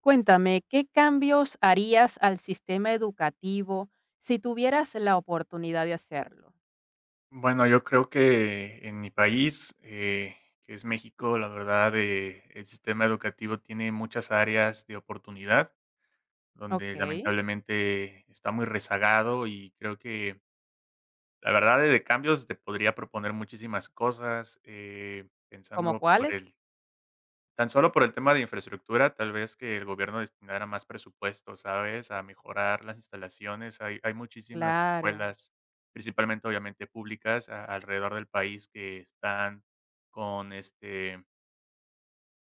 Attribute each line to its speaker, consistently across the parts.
Speaker 1: Cuéntame, ¿qué cambios harías al sistema educativo si tuvieras la oportunidad de hacerlo?
Speaker 2: Bueno, yo creo que en mi país, que es México, la verdad, el sistema educativo tiene muchas áreas de oportunidad, donde
Speaker 1: ¿Ok?
Speaker 2: lamentablemente está muy rezagado y creo que la verdad de cambios te podría proponer muchísimas cosas.
Speaker 1: ¿Cómo
Speaker 2: Pensando por
Speaker 1: cuáles?
Speaker 2: el Tan solo por el tema de infraestructura, tal vez que el gobierno destinara más presupuesto, ¿sabes? A mejorar las instalaciones. Hay muchísimas
Speaker 1: Claro,
Speaker 2: escuelas, principalmente, obviamente, públicas a alrededor del país que están con, este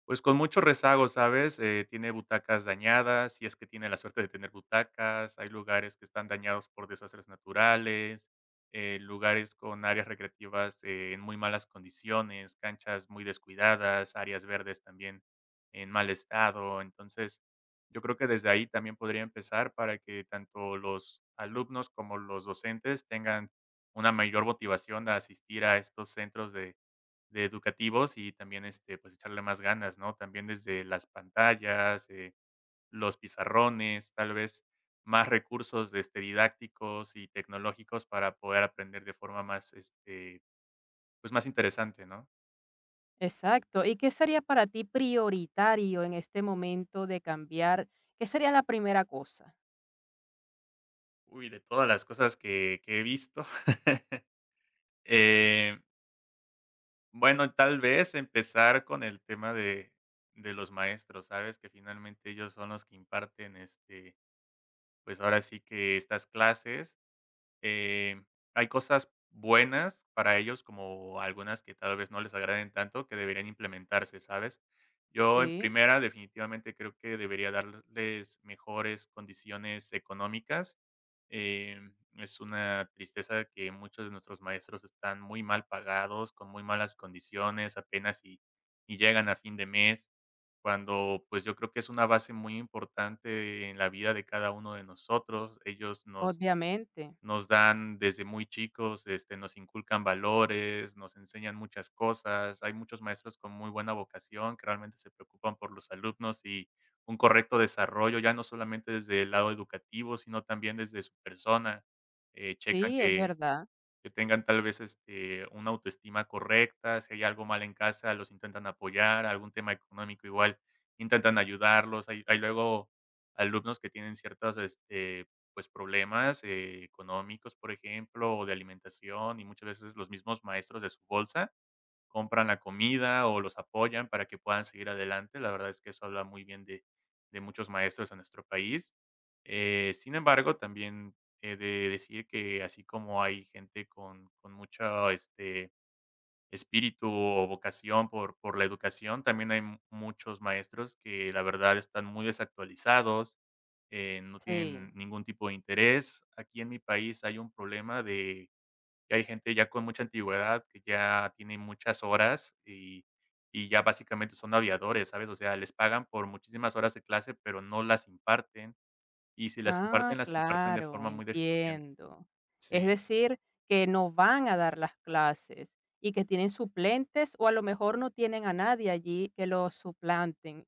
Speaker 2: pues con mucho rezago, ¿sabes? Tiene butacas dañadas, si es que tiene la suerte de tener butacas, hay lugares que están dañados por desastres naturales, lugares con áreas recreativas en muy malas condiciones, canchas muy descuidadas, áreas verdes también en mal estado. Entonces, yo creo que desde ahí también podría empezar para que tanto los alumnos como los docentes tengan una mayor motivación a asistir a estos centros de educativos y también, pues, echarle más ganas, ¿no? También desde las pantallas, los pizarrones, tal vez más recursos, didácticos y tecnológicos para poder aprender de forma más, pues, más interesante, ¿no?
Speaker 1: exacto. ¿Y qué sería para ti prioritario en este momento de cambiar? ¿Qué sería la primera cosa?
Speaker 2: Uy, de todas las cosas que he visto, eh, bueno, tal vez empezar con el tema de los maestros, ¿sabes? Que finalmente ellos son los que imparten, pues, ahora sí que estas clases. Eh, hay cosas buenas para ellos, como algunas que tal vez no les agraden tanto, que deberían implementarse, ¿sabes? Yo en
Speaker 1: Sí,
Speaker 2: primera, definitivamente creo que debería darles mejores condiciones económicas. Es una tristeza que muchos de nuestros maestros están muy mal pagados, con muy malas condiciones, apenas y llegan a fin de mes, cuando pues yo creo que es una base muy importante en la vida de cada uno de nosotros. Ellos nos
Speaker 1: obviamente.
Speaker 2: nos dan desde muy chicos, nos inculcan valores, nos enseñan muchas cosas. Hay muchos maestros con muy buena vocación que realmente se preocupan por los alumnos y un correcto desarrollo, ya no solamente desde el lado educativo, sino también desde su persona. Checan
Speaker 1: Sí, es
Speaker 2: que
Speaker 1: verdad.
Speaker 2: que tengan tal vez, una autoestima correcta. Si hay algo mal en casa, los intentan apoyar, algún tema económico igual, intentan ayudarlos. Hay luego alumnos que tienen ciertos, pues, problemas, económicos, por ejemplo, o de alimentación, y muchas veces los mismos maestros de su bolsa compran la comida o los apoyan para que puedan seguir adelante. La verdad es que eso habla muy bien de muchos maestros en nuestro país. Sin embargo, también he de decir que así como hay gente con mucho espíritu o vocación por la educación, también hay muchos maestros que la verdad están muy desactualizados, no tienen
Speaker 1: Sí.
Speaker 2: ningún tipo de interés. Aquí en mi país hay un problema y hay gente ya con mucha antigüedad que ya tiene muchas horas y ya básicamente son aviadores, ¿sabes? O sea, les pagan por muchísimas horas de clase, pero no las imparten, y si las
Speaker 1: Ah,
Speaker 2: imparten, las imparten de
Speaker 1: claro,
Speaker 2: forma muy deficiente.
Speaker 1: entiendo. Es
Speaker 2: Sí.
Speaker 1: decir, que no van a dar las clases y que tienen suplentes o a lo mejor no tienen a nadie allí que los suplanten.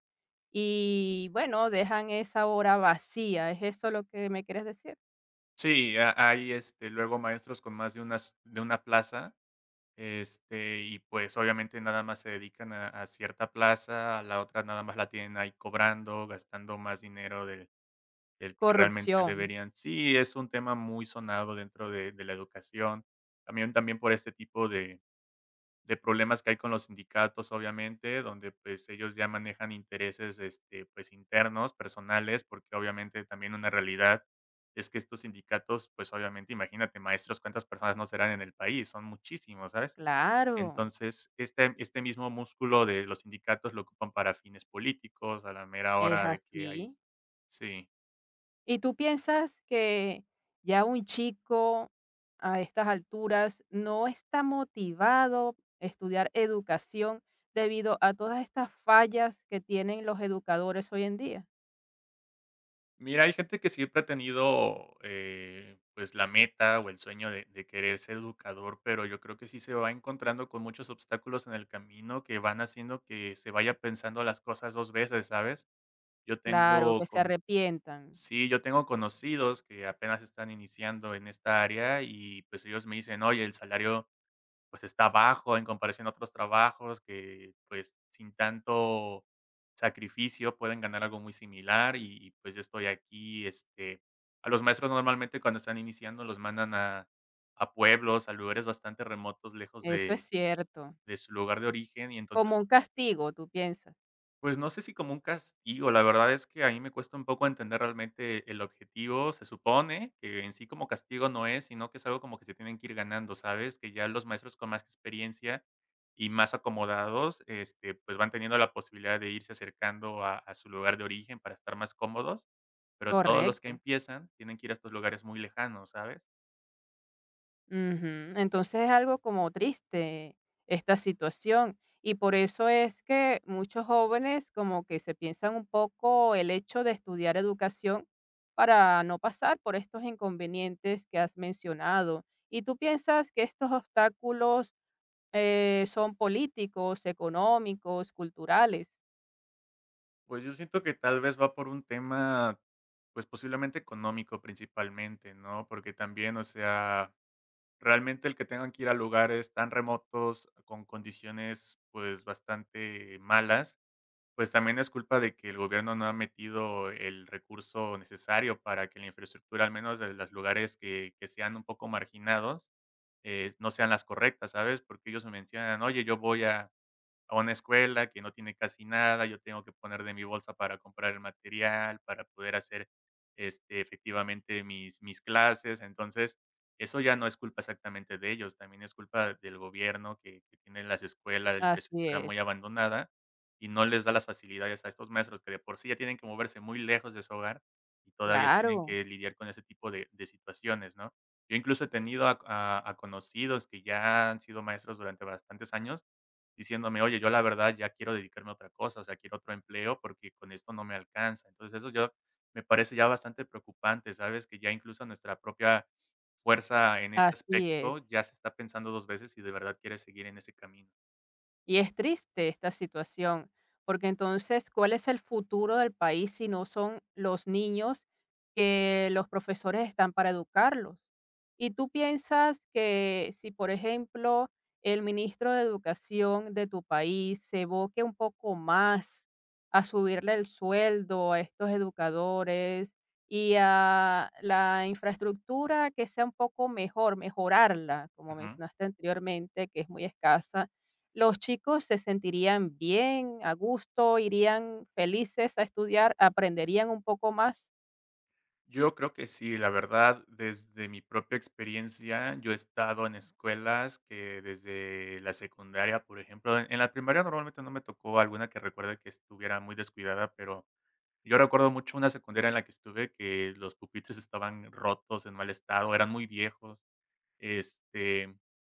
Speaker 1: Y bueno, dejan esa hora vacía. ¿Es eso lo que me quieres decir?
Speaker 2: Sí, ha hay, luego maestros con más de una plaza, y pues, obviamente, nada más se dedican a cierta plaza, a la otra nada más la tienen ahí cobrando, gastando más dinero del El que realmente
Speaker 1: Corrupción.
Speaker 2: deberían. Sí, es un tema muy sonado dentro de la educación. También por este tipo de problemas que hay con los sindicatos, obviamente, donde, pues, ellos ya manejan intereses, pues, internos, personales, porque obviamente también una realidad es que estos sindicatos, pues, obviamente, imagínate, maestros, cuántas personas no serán en el país, son muchísimos, ¿sabes?
Speaker 1: Claro,
Speaker 2: Entonces, este mismo músculo de los sindicatos lo ocupan para fines políticos, a la mera
Speaker 1: es
Speaker 2: hora de que hay.
Speaker 1: así.
Speaker 2: Sí.
Speaker 1: ¿Y tú piensas que ya un chico a estas alturas no está motivado a estudiar educación debido a todas estas fallas que tienen los educadores hoy en día?
Speaker 2: Mira, hay gente que siempre ha tenido, pues, la meta o el sueño de querer ser educador, pero yo creo que sí se va encontrando con muchos obstáculos en el camino que van haciendo que se vaya pensando las cosas 2 veces, ¿sabes? Yo
Speaker 1: Claro,
Speaker 2: tengo
Speaker 1: que se
Speaker 2: con
Speaker 1: arrepientan.
Speaker 2: Sí, yo tengo conocidos que apenas están iniciando en esta área y, pues, ellos me dicen: "Oye, el salario pues, está bajo en comparación a otros trabajos que, pues, sin tanto sacrificio pueden ganar algo muy similar y pues, yo estoy aquí, a los maestros normalmente cuando están iniciando los mandan a pueblos, a lugares bastante remotos, lejos
Speaker 1: Eso
Speaker 2: de
Speaker 1: es cierto.
Speaker 2: de su lugar de origen, y entonces
Speaker 1: Como un castigo, tú piensas.
Speaker 2: pues no sé si como un castigo, la verdad es que a mí me cuesta un poco entender realmente el objetivo, se supone que en sí como castigo no es, sino que es algo como que se tienen que ir ganando, ¿sabes? Que ya los maestros con más experiencia y más acomodados, pues van teniendo la posibilidad de irse acercando a su lugar de origen para estar más cómodos, pero todos los que
Speaker 1: Correcto.
Speaker 2: empiezan tienen que ir a estos lugares muy lejanos, ¿sabes?
Speaker 1: Ujú. Entonces es algo como triste esta situación y por eso es que muchos jóvenes como que se piensan un poco el hecho de estudiar educación para no pasar por estos inconvenientes que has mencionado. ¿Y tú piensas que estos obstáculos son políticos, económicos, culturales?
Speaker 2: Pues yo siento que tal vez va por un tema pues posiblemente económico principalmente, ¿no? Porque también, o sea, realmente el que tengan que ir a lugares tan remotos, con condiciones, pues, bastante malas, pues, también es culpa de que el gobierno no ha metido el recurso necesario para que la infraestructura, al menos de los lugares que sean un poco marginados, no sean las correctas, ¿sabes? Porque ellos me mencionan: "Oye, yo voy a una escuela que no tiene casi nada, yo tengo que poner de mi bolsa para comprar el material, para poder hacer, efectivamente mis clases. Entonces, eso ya no es culpa exactamente de ellos, también es culpa del gobierno que tiene las escuelas, la
Speaker 1: Así
Speaker 2: infraestructura
Speaker 1: es,
Speaker 2: muy abandonada y no les da las facilidades a estos maestros que de por sí ya tienen que moverse muy lejos de su hogar y todavía tienen
Speaker 1: claro,
Speaker 2: que lidiar con ese tipo de situaciones, ¿no? Yo incluso he tenido a conocidos que ya han sido maestros durante bastantes años diciéndome: "Oye, yo la verdad ya quiero dedicarme a otra cosa, o sea, quiero otro empleo porque con esto no me alcanza". Entonces, eso yo me parece ya bastante preocupante, ¿sabes? Que ya incluso nuestra propia fuerza en este
Speaker 1: así es.
Speaker 2: aspecto ya se está pensando 2 veces si de verdad quiere seguir en ese camino.
Speaker 1: Y es triste esta situación, porque entonces, ¿cuál es el futuro del país si no son los niños que los profesores están para educarlos? ¿Y tú piensas que si, por ejemplo, el ministro de Educación de tu país se evoque un poco más a subirle el sueldo a estos educadores y a la infraestructura que sea un poco mejor, mejorarla, como
Speaker 2: Ujú.
Speaker 1: mencionaste anteriormente, que es muy escasa? Los chicos se sentirían bien, a gusto, irían felices a estudiar, aprenderían un poco más.
Speaker 2: Yo creo que sí, la verdad, desde mi propia experiencia, yo he estado en escuelas que desde la secundaria, por ejemplo, en la primaria normalmente no me tocó alguna que recuerde que estuviera muy descuidada. Pero yo recuerdo mucho una secundaria en la que estuve que los pupitres estaban rotos, en mal estado, eran muy viejos. Este,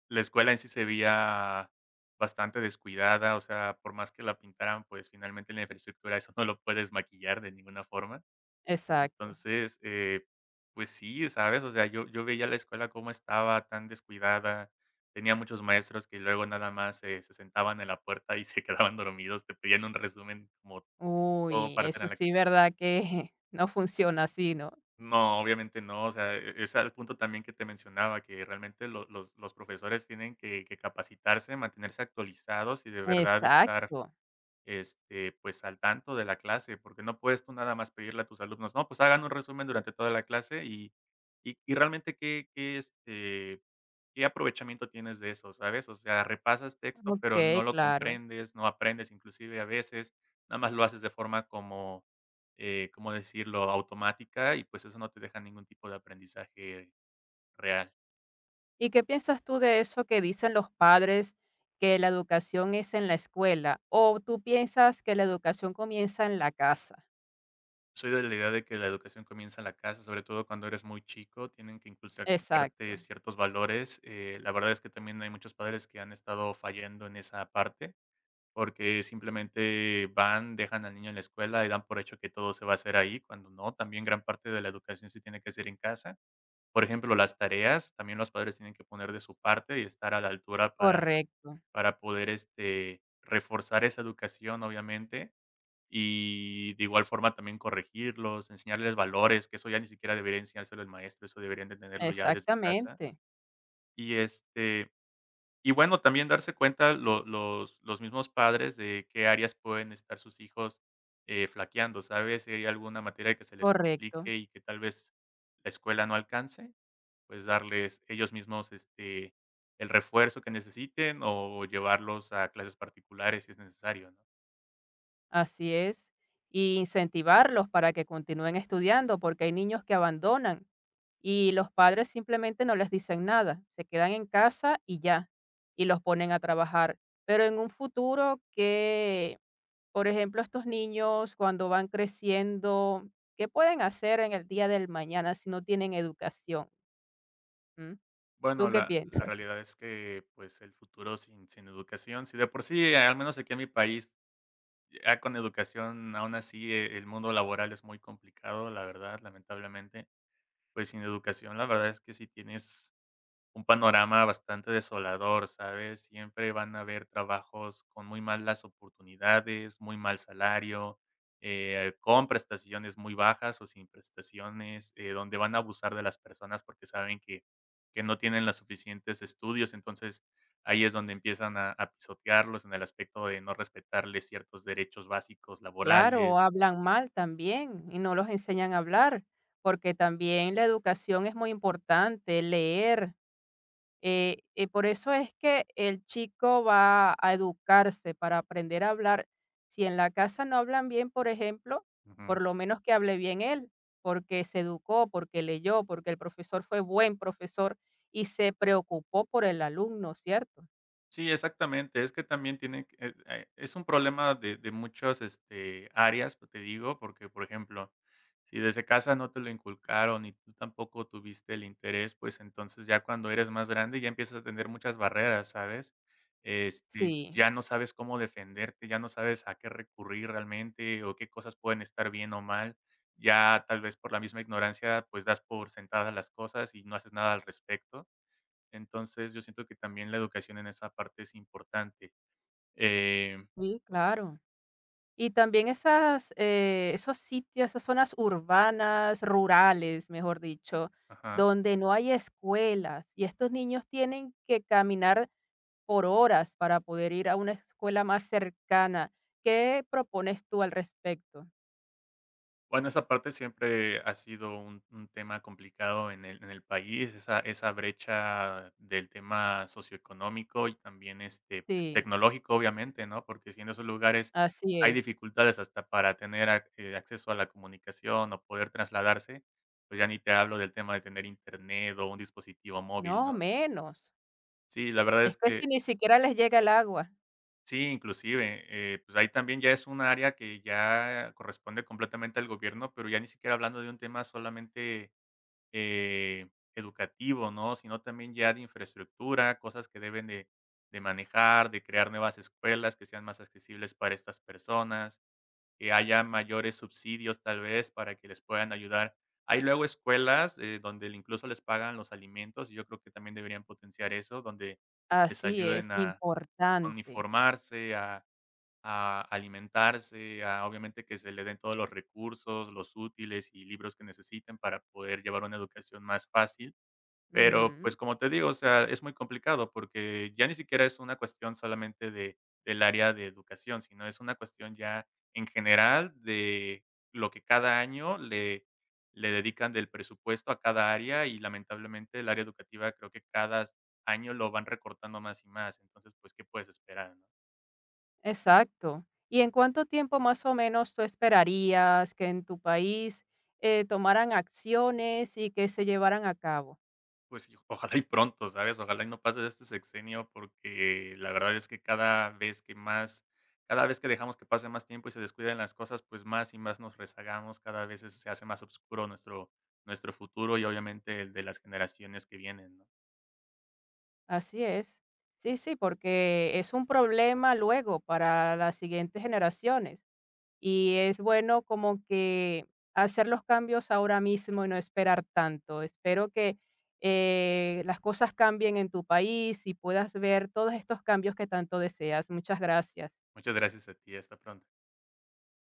Speaker 2: la escuela en sí se veía bastante descuidada, o sea, por más que la pintaran, pues finalmente la infraestructura eso no lo puedes maquillar de ninguna forma.
Speaker 1: Exacto.
Speaker 2: Entonces, pues sí, ¿sabes? O sea, yo veía la escuela cómo estaba tan descuidada. Tenía muchos maestros que luego nada más se sentaban en la puerta y se quedaban dormidos, te pedían un resumen como todo
Speaker 1: Uy,
Speaker 2: para hacer
Speaker 1: eso
Speaker 2: en la
Speaker 1: sí, verdad que no funciona así, ¿no?
Speaker 2: No, obviamente no, o sea, es al punto también que te mencionaba, que realmente lo los profesores tienen que capacitarse, mantenerse actualizados y de verdad estar
Speaker 1: Exacto.
Speaker 2: pues, al tanto de la clase, porque no puedes tú nada más pedirle a tus alumnos: "No, pues hagan un resumen durante toda la clase", y realmente qué aprovechamiento tienes de eso, ¿sabes? O sea, repasas texto, pero
Speaker 1: Okey,
Speaker 2: no lo
Speaker 1: claro.
Speaker 2: comprendes, no aprendes, inclusive a veces, nada más lo haces de forma como, ¿cómo decirlo?, automática y, pues, eso no te deja ningún tipo de aprendizaje real.
Speaker 1: ¿Y qué piensas tú de eso que dicen los padres que la educación es en la escuela? ¿O tú piensas que la educación comienza en la casa?
Speaker 2: Soy de la idea de que la educación comienza en la casa, sobre todo cuando eres muy chico, tienen que inculcarte
Speaker 1: Exacto.
Speaker 2: ciertos valores. La verdad es que también hay muchos padres que han estado fallando en esa parte, porque simplemente van, dejan al niño en la escuela y dan por hecho que todo se va a hacer ahí, cuando no, también gran parte de la educación se tiene que hacer en casa. Por ejemplo, las tareas, también los padres tienen que poner de su parte y estar a la altura para,
Speaker 1: Correcto.
Speaker 2: para poder reforzar esa educación, obviamente, y de igual forma también corregirlos, enseñarles valores, que eso ya ni siquiera debería enseñárselo el maestro, eso deberían de tenerlo ya desde casa.
Speaker 1: Exactamente.
Speaker 2: Y, este, y bueno, también darse cuenta lo los mismos padres de qué áreas pueden estar sus hijos, flaqueando, ¿sabes? Si hay alguna materia que se les
Speaker 1: Correcto.
Speaker 2: complique y que tal vez la escuela no alcance, pues darles ellos mismos, el refuerzo que necesiten o llevarlos a clases particulares si es necesario, ¿no?
Speaker 1: Así es. Y incentivarlos para que continúen estudiando, porque hay niños que abandonan y los padres simplemente no les dicen nada, se quedan en casa y ya, y los ponen a trabajar. Pero en un futuro que, por ejemplo, estos niños cuando van creciendo, ¿qué pueden hacer en el día del mañana si no tienen educación? ¿Mm? ¿Tú
Speaker 2: Bueno,
Speaker 1: qué
Speaker 2: la
Speaker 1: piensas?
Speaker 2: realidad es que, pues, el futuro sin educación, si de por sí, al menos aquí en mi país, ya con educación, aún así, el mundo laboral es muy complicado, la verdad, lamentablemente, pues, sin educación, la verdad es que si tienes un panorama bastante desolador, ¿sabes? Siempre van a haber trabajos con muy malas oportunidades, muy mal salario, con prestaciones muy bajas o sin prestaciones, donde van a abusar de las personas porque saben que no tienen los suficientes estudios. Entonces, ahí es donde empiezan a pisotearlos en el aspecto de no respetarles ciertos derechos básicos
Speaker 1: Claro,
Speaker 2: laborales.
Speaker 1: o hablan mal también y no los enseñan a hablar, porque también la educación es muy importante, leer. Por eso es que el chico va a educarse para aprender a hablar. Si en la casa no hablan bien, por ejemplo, por lo menos que hable bien él, porque se educó, porque leyó, porque el profesor fue buen profesor y se preocupó por el alumno, ¿cierto?
Speaker 2: Sí, exactamente. Es que también tiene que es un problema de muchas, áreas, pues, te digo, porque, por ejemplo, si desde casa no te lo inculcaron y tú tampoco tuviste el interés, pues, entonces ya cuando eres más grande ya empiezas a tener muchas barreras, ¿sabes? Este,
Speaker 1: Sí,
Speaker 2: ya no sabes cómo defenderte, ya no sabes a qué recurrir realmente o qué cosas pueden estar bien o mal. Ya tal vez por la misma ignorancia, pues, das por sentadas las cosas y no haces nada al respecto. Entonces, yo siento que también la educación en esa parte es importante. Eh,
Speaker 1: sí, claro. Y también esas, esos sitios, esas zonas urbanas, rurales, mejor dicho,
Speaker 2: ajá.
Speaker 1: donde no hay escuelas y estos niños tienen que caminar por horas para poder ir a una escuela más cercana. ¿Qué propones tú al respecto?
Speaker 2: Bueno, esa parte siempre ha sido un tema complicado en el país, esa brecha del tema socioeconómico y también pues,
Speaker 1: Sí,
Speaker 2: tecnológico, obviamente, ¿no? Porque si en esos lugares
Speaker 1: así
Speaker 2: hay
Speaker 1: es.
Speaker 2: dificultades hasta para tener acceso a la comunicación o poder trasladarse, pues ya ni te hablo del tema de tener internet o un dispositivo móvil,
Speaker 1: No,
Speaker 2: ¿no?
Speaker 1: menos.
Speaker 2: Sí, la verdad
Speaker 1: Es
Speaker 2: es
Speaker 1: que
Speaker 2: que
Speaker 1: si ni siquiera les llega el agua.
Speaker 2: Sí, inclusive, pues ahí también ya es un área que ya corresponde completamente al gobierno, pero ya ni siquiera hablando de un tema solamente eh, educativo, ¿no? Sino también ya de infraestructura, cosas que deben de manejar, de crear nuevas escuelas que sean más accesibles para estas personas, que haya mayores subsidios tal vez para que les puedan ayudar. Hay luego escuelas donde incluso les pagan los alimentos y yo creo que también deberían potenciar eso, donde les
Speaker 1: Así es,
Speaker 2: ayuden a
Speaker 1: importante.
Speaker 2: uniformarse, a alimentarse, a obviamente que se le den todos los recursos, los útiles y libros que necesiten para poder llevar una educación más fácil. Pero,
Speaker 1: Ujú.
Speaker 2: pues, como te digo, o sea, es muy complicado porque ya ni siquiera es una cuestión solamente de del área de educación, sino es una cuestión ya en general de lo que cada año le dedican del presupuesto a cada área y lamentablemente el área educativa creo que cada año lo van recortando más y más. Entonces, pues, ¿qué puedes esperar, no?
Speaker 1: Exacto. ¿Y en cuánto tiempo más o menos tú esperarías que en tu país tomaran acciones y que se llevaran a cabo?
Speaker 2: Pues sí, ojalá y pronto, ¿sabes? Ojalá y no pase de este sexenio porque la verdad es que cada vez que dejamos que pase más tiempo y se descuiden las cosas, pues más y más nos rezagamos, cada vez es se hace más oscuro nuestro futuro y obviamente el de las generaciones que vienen, ¿no?
Speaker 1: Así es. Sí, sí, porque es un problema luego para las siguientes generaciones. Y es bueno como que hacer los cambios ahora mismo y no esperar tanto. Espero que las cosas cambien en tu país y puedas ver todos estos cambios que tanto deseas. Muchas gracias.
Speaker 2: Muchas gracias a ti, hasta pronto.